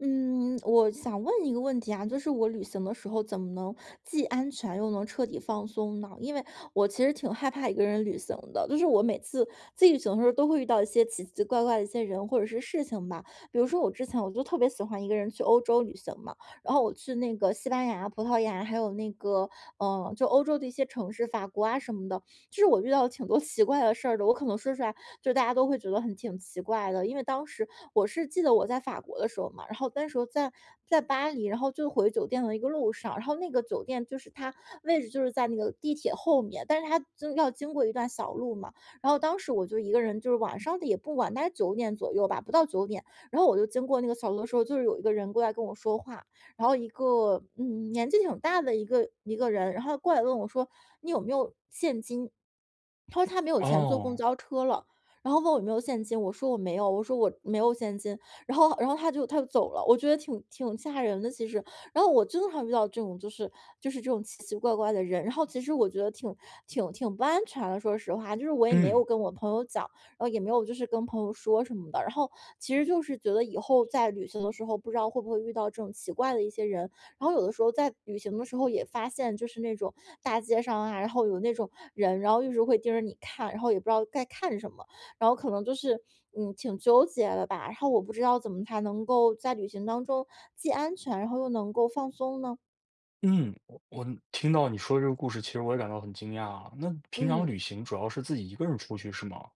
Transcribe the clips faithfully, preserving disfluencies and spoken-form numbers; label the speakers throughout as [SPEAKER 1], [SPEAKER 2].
[SPEAKER 1] 嗯，我想问一个问题啊，就是我旅行的时候怎么能既安全又能彻底放松呢？因为我其实挺害怕一个人旅行的，就是我每次自己旅行的时候都会遇到一些奇奇怪怪的一些人或者是事情吧。比如说我之前我就特别喜欢一个人去欧洲旅行嘛，然后我去那个西班牙、葡萄牙，还有那个嗯、呃就欧洲的一些城市，法国啊什么的，就是我遇到了挺多奇怪的事儿的，我可能说出来，就大家都会觉得很挺奇怪的。因为当时我是记得我在法国的时候嘛，然后那时候在在巴黎，然后就回酒店的一个路上，然后那个酒店就是它位置就是在那个地铁后面，但是它就要经过一段小路嘛。然后当时我就一个人，就是晚上的也不晚，大概九点左右吧，不到九点，然后我就经过那个小路的时候，就是有一个人过来跟我说话，然后一个嗯年纪挺大的一个一个人，然后过来问我说："你有没有现金？"他说他没有钱坐公
[SPEAKER 2] 哦，
[SPEAKER 1] 交车了，然后问我有没有现金，我说我没有，我说我没有现金，然后然后他就他就走了，我觉得挺挺吓人的其实。然后我经常遇到这种就是就是这种奇奇怪怪的人，然后其实我觉得挺挺挺不安全的，说实话，就是我也没
[SPEAKER 2] 嗯
[SPEAKER 1] 有跟我朋友讲。然后也没有就是跟朋友说什么的。然后其实就是觉得以后在旅行的时候，不知道会不会遇到这种奇怪的一些人。然后有的时候在旅行的时候也发现，就是那种大街上啊，然后有那种人，然后一直会盯着你看，然后也不知道该看什么，然后可能就是嗯挺纠结的吧。然后我不知道怎么才能够在旅行当中既安全，然后又能够放松呢？
[SPEAKER 2] 嗯，我我听到你说这个故事，其实我也感到很惊讶啊。那平常
[SPEAKER 1] 嗯。
[SPEAKER 2] 旅行主要是自己一个人出去是吗？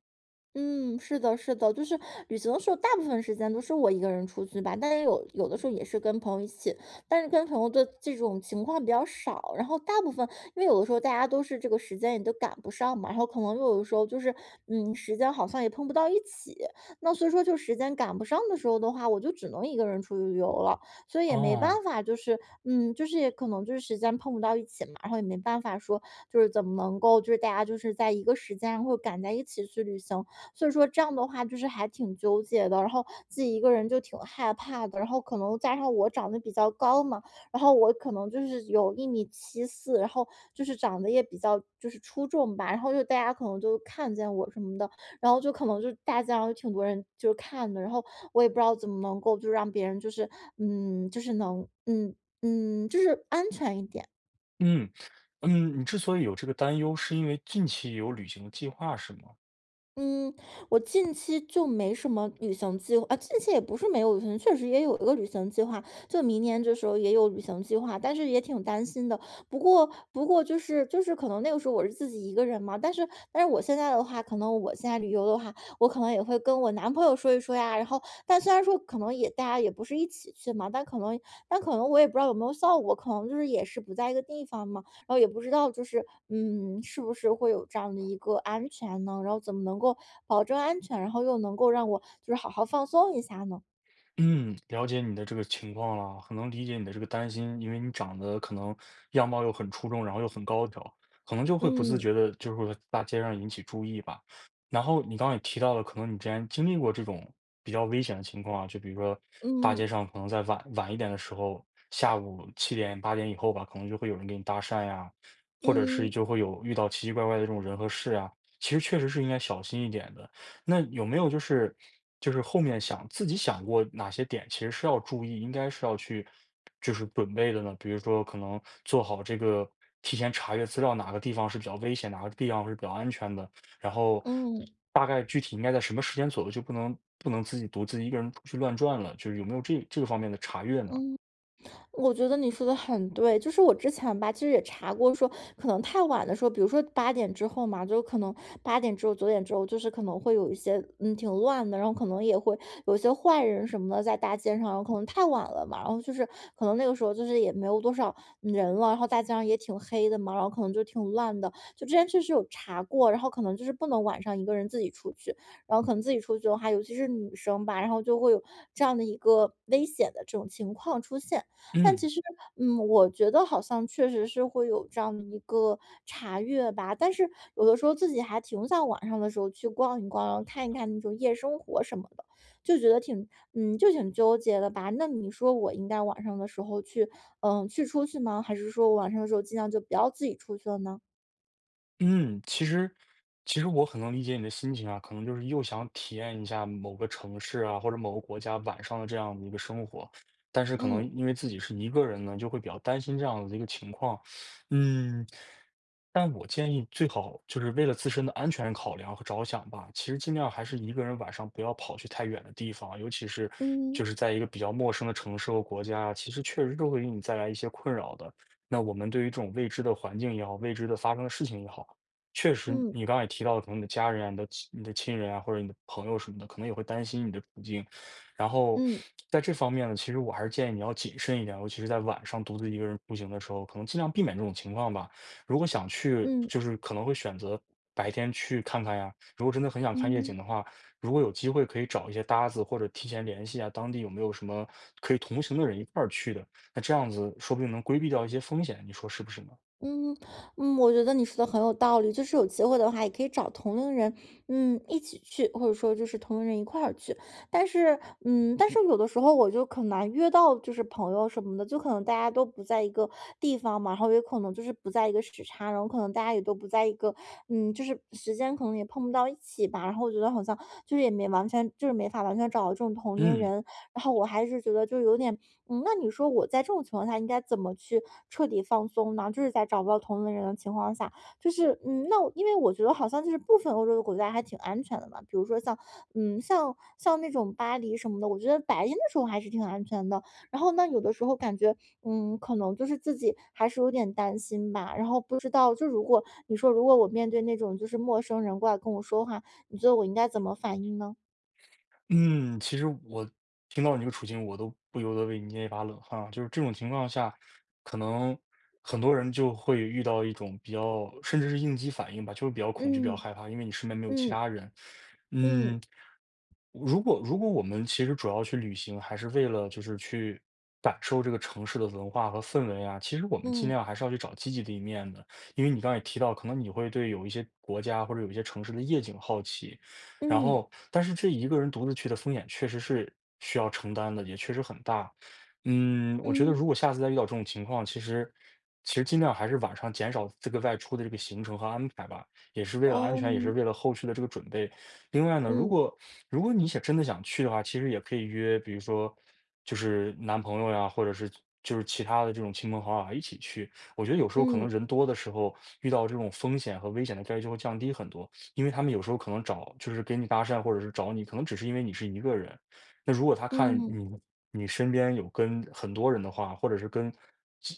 [SPEAKER 1] 嗯，是的，是的，就是旅行的时候，大部分时间都是我一个人出去吧，但也有有的时候也是跟朋友一起，但是跟朋友的这种情况比较少。然后大部分，因为有的时候大家都是这个时间也都赶不上嘛，然后可能又有的时候就是，嗯，时间好像也碰不到一起，那所以说就时间赶不上的时候的话，我就只能一个人出去旅游了，所以也没
[SPEAKER 2] 哦，
[SPEAKER 1] 办法，就是，嗯，就是也可能就是时间碰不到一起嘛，然后也没办法说就是怎么能够就是大家就是在一个时间然后赶在一起去旅行，所以说这样的话就是还挺纠结的，然后自己一个人就挺害怕的，然后可能加上我长得比较高嘛，然后我可能就是有一米七四，然后就是长得也比较就是出众吧，然后就大家可能就看见我什么的，然后就可能就大街上有挺多人就是看的，然后我也不知道怎么能够就让别人就是嗯就是能嗯嗯就是安全一点。
[SPEAKER 2] 嗯嗯，你之所以有这个担忧，是因为近期有旅行的计划是吗？
[SPEAKER 1] 嗯，我近期就没什么旅行计划啊，近期也不是没有旅行，确实也有一个旅行计划，就明年这时候也有旅行计划，但是也挺担心的。不过，不过就是就是可能那个时候我是自己一个人嘛，但是但是我现在的话，可能我现在旅游的话，我可能也会跟我男朋友说一说呀。然后，但虽然说可能也大家也不是一起去嘛，但可能但可能我也不知道有没有效果，可能就是也是不在一个地方嘛。然后也不知道就是，嗯，是不是会有这样的一个安全呢？然后怎么能够保证安全，然后又能够让我就是好好放松一下呢？
[SPEAKER 2] 嗯，了解你的这个情况了，很能理解你的这个担心，因为你长得可能样貌又很出众，然后又很高挑，可能就会不自
[SPEAKER 1] 嗯。
[SPEAKER 2] 觉的，就是说大街上引起注意吧。然后你刚刚也提到了，可能你之前经历过这种比较危险的情况啊，就比如说大街
[SPEAKER 1] 嗯。
[SPEAKER 2] 上可能在晚晚一点的时候，下午七点八点以后吧，可能就会有人给你搭讪呀，或者
[SPEAKER 1] 嗯。
[SPEAKER 2] 是
[SPEAKER 1] 嗯。
[SPEAKER 2] 就会有遇到奇奇怪怪的这种人和事啊，其实确实是应该小心一点的。那有没有就是就是后面想自己想过哪些点其实是要注意，应该是要去就是准备的呢？比如说可能做好这个提前查阅资料，哪个地方是比较危险，哪个地方是比较安全的，然后
[SPEAKER 1] 嗯。
[SPEAKER 2] 大概具体应该在什么时间左右就不能不能自己独自一个人出去乱转了，就是有没有这这个方面的查阅呢？
[SPEAKER 1] 嗯。我觉得你说的很对，就是我之前吧，其实也查过说，可能太晚的时候，比如说八点之后嘛，就可能八点之后、九点之后，就是可能会有一些嗯挺乱的，然后可能也会有一些坏人什么的在大街上，然后可能太晚了嘛，然后就是可能那个时候就是也没有多少人了，然后大街上也挺黑的嘛，然后可能就挺乱的，就之前确实有查过，然后可能就是不能晚上一个人自己出去，然后可能自己出去的话，尤其是女生吧，然后就会有这样的一个危险的这种情况出现。但其 实，嗯，我觉得好像确实是会有这样的一个查阅吧，但是有的时候自己还挺想晚上的时候去逛一逛，然后看一看那种夜生活什么的，就觉得挺，嗯，就挺纠结的吧。那你说我应该晚上的时候去，嗯，去出去吗？还是说我晚上的时候尽量就不要自己出去了呢？
[SPEAKER 2] 嗯，其实其实我很能理解你的心情啊，可能就是又想体验一下某个城市啊，或者某个国家晚上的这样的一个生活，但是可
[SPEAKER 1] 嗯。
[SPEAKER 2] 能因为自己是一个人呢，就会比较担心这样的一个情况。嗯，但我建议最好就是为了自身的安全考量和着想吧，其实尽量还是一个人晚上不要跑去太远的地方，尤其是就
[SPEAKER 1] 嗯。
[SPEAKER 2] 是在一个比较陌生的城市和国家，其实确实都会给你带来一些困扰的。那我们对于这种未知的环境也好，未知的发生的事情也好，确实，
[SPEAKER 1] 嗯。
[SPEAKER 2] 你刚才也提到了，可能你的家人啊、你的亲你的亲人啊，或者你的朋友什么的，可能也会担心你的处境。然后
[SPEAKER 1] 嗯。
[SPEAKER 2] 在这方面呢，其实我还是建议你要谨慎一点，尤其是在晚上独自一个人出行的时候，可能尽量避免这种情况吧。如果想去，
[SPEAKER 1] 嗯。嗯。
[SPEAKER 2] 就是可能会选择白天去看看呀。如果真的很想看夜景
[SPEAKER 1] 嗯。
[SPEAKER 2] 的话，如果有机会可以找一些搭子，或者提前联系啊，当地有没有什么可以同行的人一块儿去的？那这样子说不定能规避掉一些风险，你说是不是呢？
[SPEAKER 1] 嗯。嗯，我觉得你说的很有道理，就是有机会的话，也可以找同龄人，嗯，一起去，或者说就是同龄人一块儿去。但是，嗯，但是有的时候我就很难约到，就是朋友什么的，就可能大家都不在一个地方嘛，然后也可能就是不在一个时差，然后可能大家也都不在一个，嗯，就是时间可能也碰不到一起吧。然后我觉得好像就是也没完全，就是没法完全找到这种同龄
[SPEAKER 2] 嗯。
[SPEAKER 1] 人，然后我还是觉得就有点，嗯，那你说我在这种情况下应该怎么去彻底放松呢？就是在找不到同龄人的情况下，就是，嗯，那我因为我觉得好像就是部分欧洲的国家还挺安全的嘛，比如说像，嗯，像像那种巴黎什么的，我觉得白天的时候还是挺安全的。然后那有的时候感觉，嗯，可能就是自己还是有点担心吧。然后不知道，就如果你说如果我面对那种就是陌生人过来跟我说话，你觉得我应该怎么反应呢？
[SPEAKER 2] 嗯，其实我听到你这个处境，我都不由得为你捏一把冷汗啊。就是这种情况下，可能很多人就会遇到一种比较，甚至是应激反应吧，就是比较恐惧、比较
[SPEAKER 1] 嗯。
[SPEAKER 2] 害怕，因为你身边没有其
[SPEAKER 1] 嗯。
[SPEAKER 2] 他人。
[SPEAKER 1] 嗯。
[SPEAKER 2] 嗯，如果如果我们其实主要去旅行，还是为了就是去感受这个城市的文化和氛围啊，其实我们尽
[SPEAKER 1] 嗯。
[SPEAKER 2] 量还是要去找积极的一面的。因为你刚刚也提到，可能你会对有一些国家或者有一些城市的夜景好奇，然
[SPEAKER 1] 嗯，
[SPEAKER 2] 后但是这一个人独自去的风险确实是需要承担的，也确实很大。嗯，我觉得如
[SPEAKER 1] 嗯，
[SPEAKER 2] 果下次再遇到这种情况，其实其实尽量还是晚上减少这个外出的这个行程和安排吧，也是为了安
[SPEAKER 1] 哦，
[SPEAKER 2] 全，也是为了后续的这个准备。另外呢，如
[SPEAKER 1] 嗯，
[SPEAKER 2] 果如果你想真的想去的话，其实也可以约，比如说就是男朋友呀，或者是就是其他的这种亲朋好友啊一起去。我觉得有时候可
[SPEAKER 1] 嗯，
[SPEAKER 2] 能人多的时候，遇到这种风险和危险的概率就会降低很多，因为他们有时候可能找就是给你搭讪，或者是找你，可能只是因为你是一个人。那如果他看
[SPEAKER 1] 嗯，
[SPEAKER 2] 你你身边有跟很多人的话，或者是跟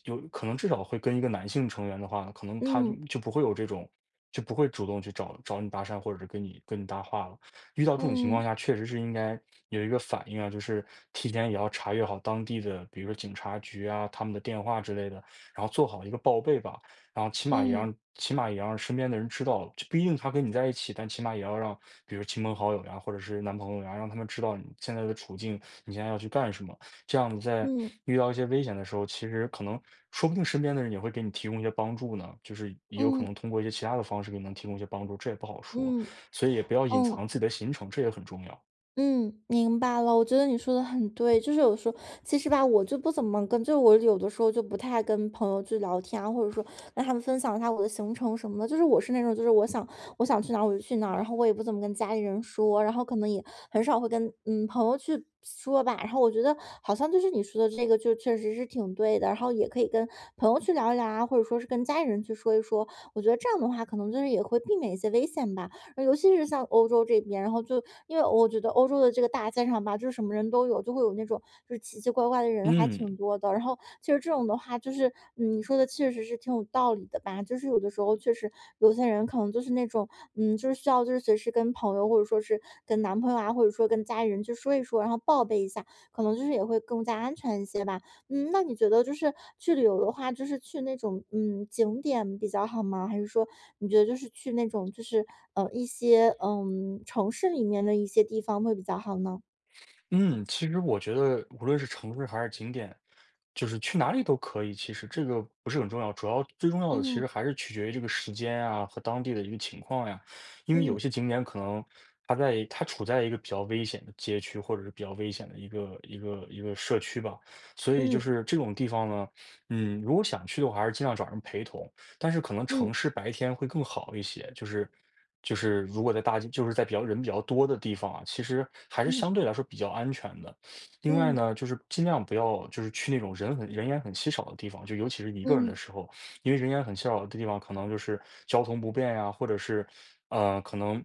[SPEAKER 2] 有可能至少会跟一个男性成员的话，可能他就
[SPEAKER 1] 嗯，
[SPEAKER 2] 就不会有这种，就不会主动去找找你搭讪，或者是跟你跟你搭话了。遇到这种情
[SPEAKER 1] 嗯，
[SPEAKER 2] 况下，确实是应该有一个反应啊，就是提前也要查阅好当地的，比如说警察局啊，他们的电话之类的，然后做好一个报备吧。然后起码也让
[SPEAKER 1] 嗯，
[SPEAKER 2] 起码也让身边的人知道，就不一定他跟你在一起，但起码也要让，比如亲朋好友呀，或者是男朋友呀，让他们知道你现在的处境，你现在要去干什么。这样子在
[SPEAKER 1] 嗯，
[SPEAKER 2] 遇到一些危险的时候，其实可能说不定身边的人也会给你提供一些帮助呢，就是也有可
[SPEAKER 1] 嗯，嗯，
[SPEAKER 2] 能通过一些其他的方式给你能提供一些帮助，这也不好说。
[SPEAKER 1] 嗯，
[SPEAKER 2] 所以也不要隐
[SPEAKER 1] 嗯
[SPEAKER 2] 藏自己的行程，这也很重要。
[SPEAKER 1] 嗯，明白了。我觉得你说的很对，就是有时候其实吧，我就不怎么跟，就我有的时候就不太跟朋友去聊天啊，或者说跟他们分享一下我的行程什么的。就是我是那种，就是我想我想去哪儿我就去哪儿，然后我也不怎么跟家里人说，然后可能也很少会跟嗯朋友去说吧。然后我觉得好像就是你说的这个，就确实是挺对的。然后也可以跟朋友去聊一聊啊，或者说是跟家里人去说一说。我觉得这样的话，可能就是也会避免一些危险吧。呃尤其是像欧洲这边，然后就因为我觉得欧洲的这个大街上吧，就是什么人都有，就会有那种就是奇奇怪怪的人还挺
[SPEAKER 2] 嗯
[SPEAKER 1] 多的。然后其实这种的话，就是嗯，你说的确实是挺有道理的吧？就是有的时候确实有些人可能就是那种嗯，就是需要就是随时跟朋友或者说是跟男朋友啊，或者说跟家里人去说一说，然后报备一下，可能就是也会更加安全一些吧。嗯，那你觉得就是去旅游的话，就是去那种嗯景点比较好吗？还是说你觉得就是去那种就是呃一些嗯城市里面的一些地方会比较好呢？
[SPEAKER 2] 嗯，其实我觉得无论是城市还是景点，就是去哪里都可以，其实这个不是很重要，主要最重要的其
[SPEAKER 1] 嗯。
[SPEAKER 2] 实还是取决于这个时间啊和当地的一个情况呀。因为有
[SPEAKER 1] 嗯。
[SPEAKER 2] 些景点可能它在它处在一个比较危险的街区，或者是比较危险的一个一个一个社区吧，所以就
[SPEAKER 1] 嗯。
[SPEAKER 2] 是这种地方呢，嗯，如果想去的话，还是尽量找人陪同，但是可能城
[SPEAKER 1] 嗯。
[SPEAKER 2] 市白天会更好一些，就是就是如果在大街，就是在比较人比较多的地方啊，其实还是
[SPEAKER 1] 嗯。
[SPEAKER 2] 相对来说比较安全的。另外
[SPEAKER 1] 嗯。
[SPEAKER 2] 呢，就是尽量不要就是去那种人很人烟很稀少的地方，就尤其是一个人的
[SPEAKER 1] 嗯。
[SPEAKER 2] 时候，因为人烟很稀少的地方，可能就是交通不便呀，或者是呃，可能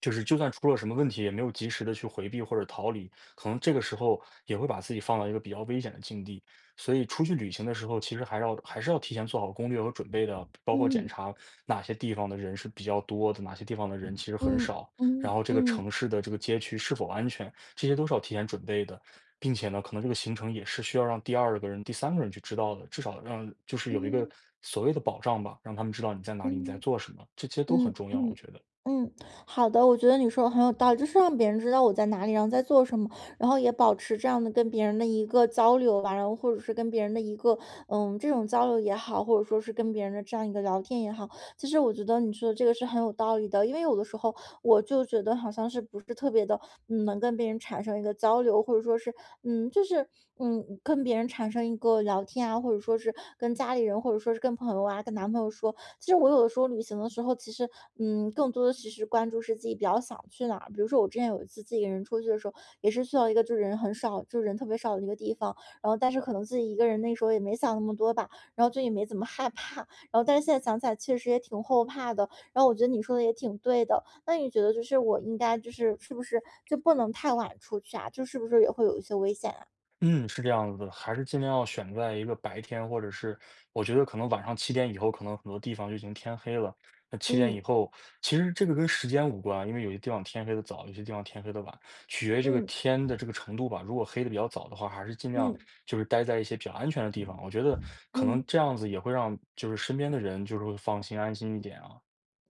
[SPEAKER 2] 就是就算出了什么问题，也没有及时的去回避或者逃离，可能这个时候也会把自己放到一个比较危险的境地。所以出去旅行的时候，其实还要还是要提前做好攻略和准备的，包括
[SPEAKER 1] 嗯。
[SPEAKER 2] 检
[SPEAKER 1] 嗯。
[SPEAKER 2] 查哪些地方的人是比较多的，哪些地方的人其实很
[SPEAKER 1] 嗯。
[SPEAKER 2] 少，
[SPEAKER 1] 嗯。
[SPEAKER 2] 然后这个
[SPEAKER 1] 嗯。
[SPEAKER 2] 城市的这个街区是否安全。这些都是要提前准备的。并且呢，可能这个行程也是需要让第二个人、第三个人去知道的，至少让就是有一个
[SPEAKER 1] 嗯。
[SPEAKER 2] 所谓的保障吧，让他们知道你在哪里，你在
[SPEAKER 1] 嗯。
[SPEAKER 2] 做什么，这些都很
[SPEAKER 1] 嗯。
[SPEAKER 2] 重要，我
[SPEAKER 1] 嗯。
[SPEAKER 2] 觉得。
[SPEAKER 1] 嗯，好的，我觉得你说的很有道理，就是让别人知道我在哪里，然后在做什么，然后也保持这样的跟别人的一个交流吧，然后或者是跟别人的一个嗯这种交流也好，或者说是跟别人的这样一个聊天也好，其实我觉得你说的这个是很有道理的，因为有的时候我就觉得好像是不是特别的嗯能跟别人产生一个交流，或者说是嗯就是嗯跟别人产生一个聊天啊，或者说是跟家里人，或者说是跟朋友啊，跟男朋友说，其实我有的时候旅行的时候，其实嗯，更多的其实关注是自己比较想去哪儿。比如说我之前有一次自己一个人出去的时候，也是去到一个就人很少，就人特别少的一个地方，然后但是可能自己一个人那时候也没想那么多吧，然后就也没怎么害怕，然后但是现在想起来确实也挺后怕的。然后我觉得你说的也挺对的，那你觉得就是我应该就是是不是就不能太晚出去啊？就是不是也会有一些危险啊？
[SPEAKER 2] 嗯，是这样子的，还是尽量要选在一个白天，或者是我觉得可能晚上七点以后，可能很多地方就已经天黑了。那七点以
[SPEAKER 1] 嗯。
[SPEAKER 2] 后，其实这个跟时间无关啊，因为有些地方天黑的早，有些地方天黑的晚，取决于这个
[SPEAKER 1] 嗯。
[SPEAKER 2] 天的这个程度吧。如果黑的比较早的话，还是尽量
[SPEAKER 1] 嗯。
[SPEAKER 2] 就是待在一些比较安全的地方。我觉得可
[SPEAKER 1] 嗯。
[SPEAKER 2] 能这样子也会让就是身边的人就是会放心安心一点啊。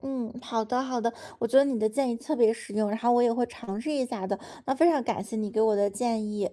[SPEAKER 1] 嗯，好的好的，我觉得你的建议特别实用，然后我也会尝试一下的。那非常感谢你给我的建议。